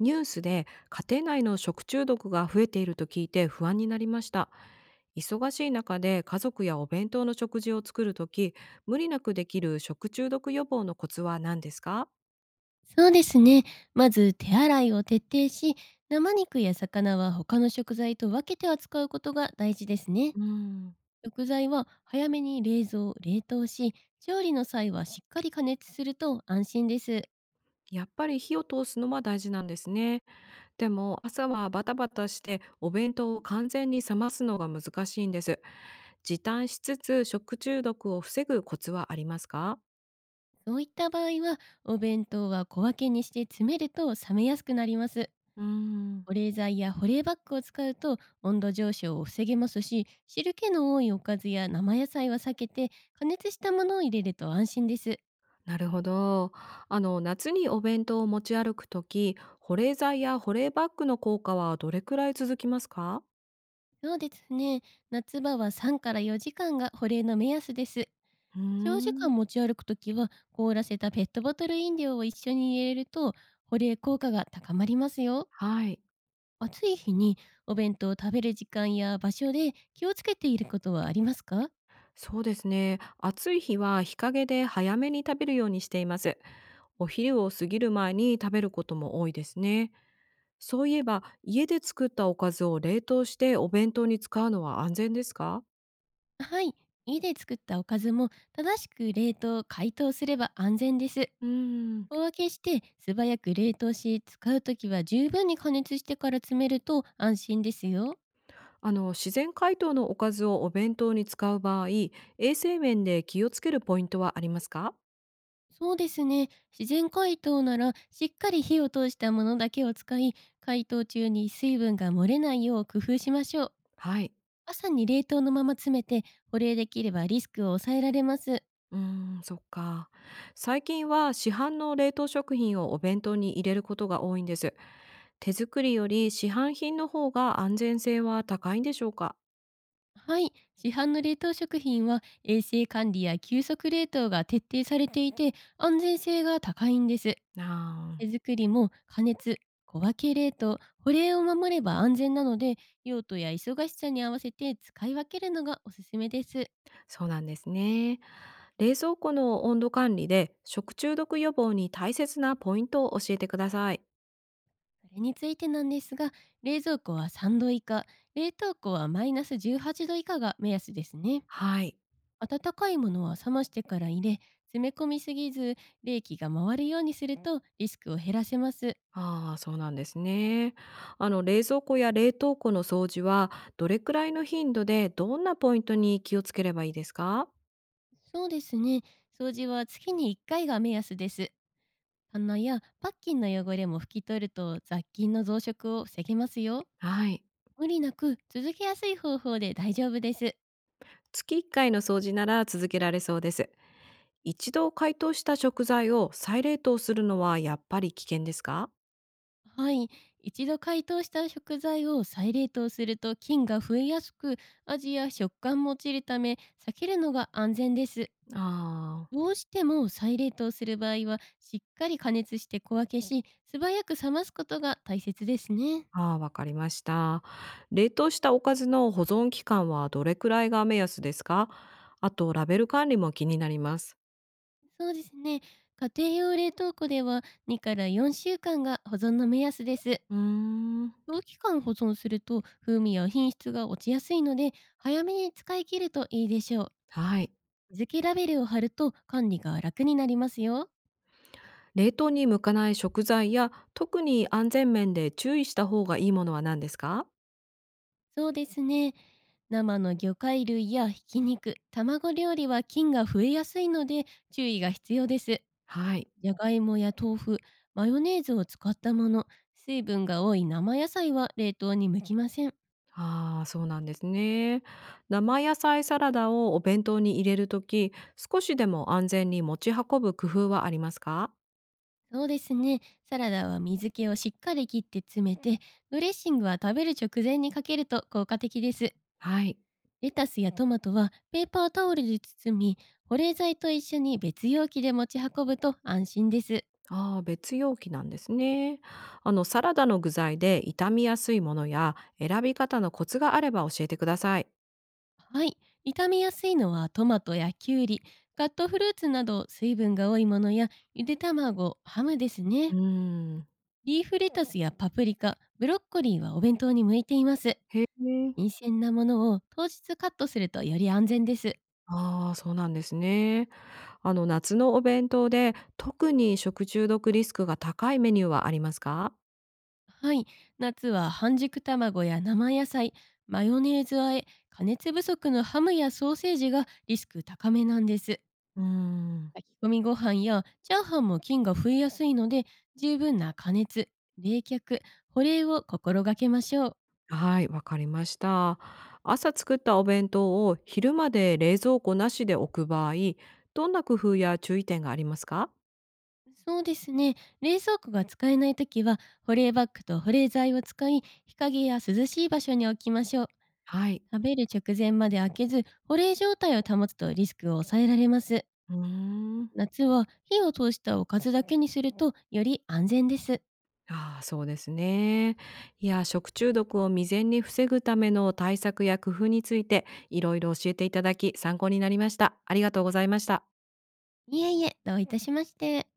ニュースで家庭内の食中毒が増えていると聞いて不安になりました。忙しい中で家族やお弁当の食事を作るとき、無理なくできる食中毒予防のコツは何ですか？そうですね。まず手洗いを徹底し、生肉や魚は他の食材と分けて扱うことが大事ですね。うーん、食材は早めに冷蔵、冷凍し、調理の際はしっかり加熱すると安心です。やっぱり火を通すのは大事なんですね。でも朝はバタバタしてお弁当を完全に冷ますのが難しいんです。時短しつつ食中毒を防ぐコツはありますか？そういった場合は、お弁当は小分けにして詰めると冷めやすくなります。うー保ん。冷剤や保冷バッグを使うと温度上昇を防げますし、汁気の多いおかずや生野菜は避けて、加熱したものを入れると安心です。なるほど。あの、夏にお弁当を持ち歩くとき、保冷剤や保冷バッグの効果はどれくらい続きますか？そうですね。夏場は3から4時間が保冷の目安です。うー長時ん。間持ち歩くときは、凍らせたペットボトル飲料を一緒に入れると、保冷効果が高まりますよ。はい。暑い日にお弁当を食べる時間や場所で気をつけていることはありますか？そうですね。暑い日は日陰で早めに食べるようにしています。お昼を過ぎる前に食べることも多いですね。そういえば、家で作ったおかずを冷凍してお弁当に使うのは安全ですか？はい。家で作ったおかずも正しく冷凍、解凍すれば安全です。うーん。小分けして素早く冷凍し、使うときは十分に加熱してから詰めると安心ですよ。あの、自然解凍のおかずをお弁当に使う場合、衛生面で気をつけるポイントはありますか？そうですね。自然解凍ならしっかり火を通したものだけを使い、解凍中に水分が漏れないよう工夫しましょう。はい。朝に冷凍のまま詰めて保冷できればリスクを抑えられます。うーん、そっか。最近は市販の冷凍食品をお弁当に入れることが多いんです。手作りより市販品の方が安全性は高いんでしょうか？はい。市販の冷凍食品は衛生管理や急速冷凍が徹底されていて安全性が高いんです。あ手作りも加熱、小分け冷凍、保冷を守れば安全なので用途や忙しさに合わせて使い分けるのがおすすめです。ー、そうなんですね。冷蔵庫の温度管理で食中毒予防に大切なポイントを教えてください。それについてなんですが、冷蔵庫は3度以下、冷凍庫はマイナス18度以下が目安ですね。はい。温かいものは冷ましてから入れ、詰め込みすぎず、冷気が回るようにするとリスクを減らせます。ああ、そうなんですね。あの、冷蔵庫や冷凍庫の掃除は、どれくらいの頻度で、どんなポイントに気をつければいいですか？そうですね。掃除は月に1回が目安です。棚やパッキンの汚れも拭き取ると雑菌の増殖を防げますよ。はい。無理なく続けやすい方法で大丈夫です。月1回の掃除なら続けられそうです。一度解凍した食材を再冷凍するのはやっぱり危険ですか？はい。一度解凍した食材を再冷凍すると菌が増えやすく、味や食感も落ちるため、避けるのが安全です。あどうしても再冷凍する場合は、しっかり加熱して小分けし、素早く冷ますことが大切ですね。あ、あーあー、わかりました。冷凍したおかずの保存期間はどれくらいが目安ですか？あと、ラベル管理も気になります。そうですね。家庭用冷凍庫では2から4週間が保存の目安です。うーん、長期間保存すると風味や品質が落ちやすいので、早めに使い切るといいでしょう。はい。水気ラベルを貼ると管理が楽になりますよ。冷凍に向かない食材や、特に安全面で注意した方がいいものは何ですか？そうですね。生の魚介類やひき肉、卵料理は菌が増えやすいので注意が必要です。はい。じゃがいもや豆腐、マヨネーズを使ったもの、水分が多い生野菜は冷凍に向きません。ああ、そうなんですね。生野菜サラダをお弁当に入れるとき、少しでも安全に持ち運ぶ工夫はありますか？そうですね。サラダは水気をしっかり切って詰めて、ドレッシングは食べる直前にかけると効果的です。はい。レタスやトマトはペーパータオルで包み、保冷剤と一緒に別容器で持ち運ぶと安心です。ああ、別容器なんですね。あの、サラダの具材で傷みやすいものや選び方のコツがあれば教えてください。はい。傷みやすいのはトマトやキュウリ、カットフルーツなど水分が多いものやゆで卵、ハムですうーね。ん。リーフレタスやパプリカ、ブロッコリーはお弁当に向いています。へえ。新鮮なものを当日カットするとより安全です。ああ、そうなんですね。あの、夏のお弁当で特に食中毒リスクが高いメニューはありますか？はい、夏は半熟卵や生野菜、マヨネーズ和え、加熱不足のハムやソーセージがリスク高めなんです。うーん。炊き込みご飯やチャーハンも菌が増えやすいので、十分な加熱、冷却、保冷を心がけましょう。はい、わかりました。朝作ったお弁当を昼まで冷蔵庫なしで置く場合、どんな工夫や注意点がありますか？そうですね。冷蔵庫が使えないときは、保冷バッグと保冷剤を使い、日陰や涼しい場所に置きましょう。はい。食べる直前まで開けず、保冷状態を保つとリスクを抑えられます。うーん。夏は火を通したおかずだけにするとより安全です。ああ、そうですね。いや、食中毒を未然に防ぐための対策や工夫について、いろいろ教えていただき、参考になりました。ありがとうございました。いえいえ、どういたしまして。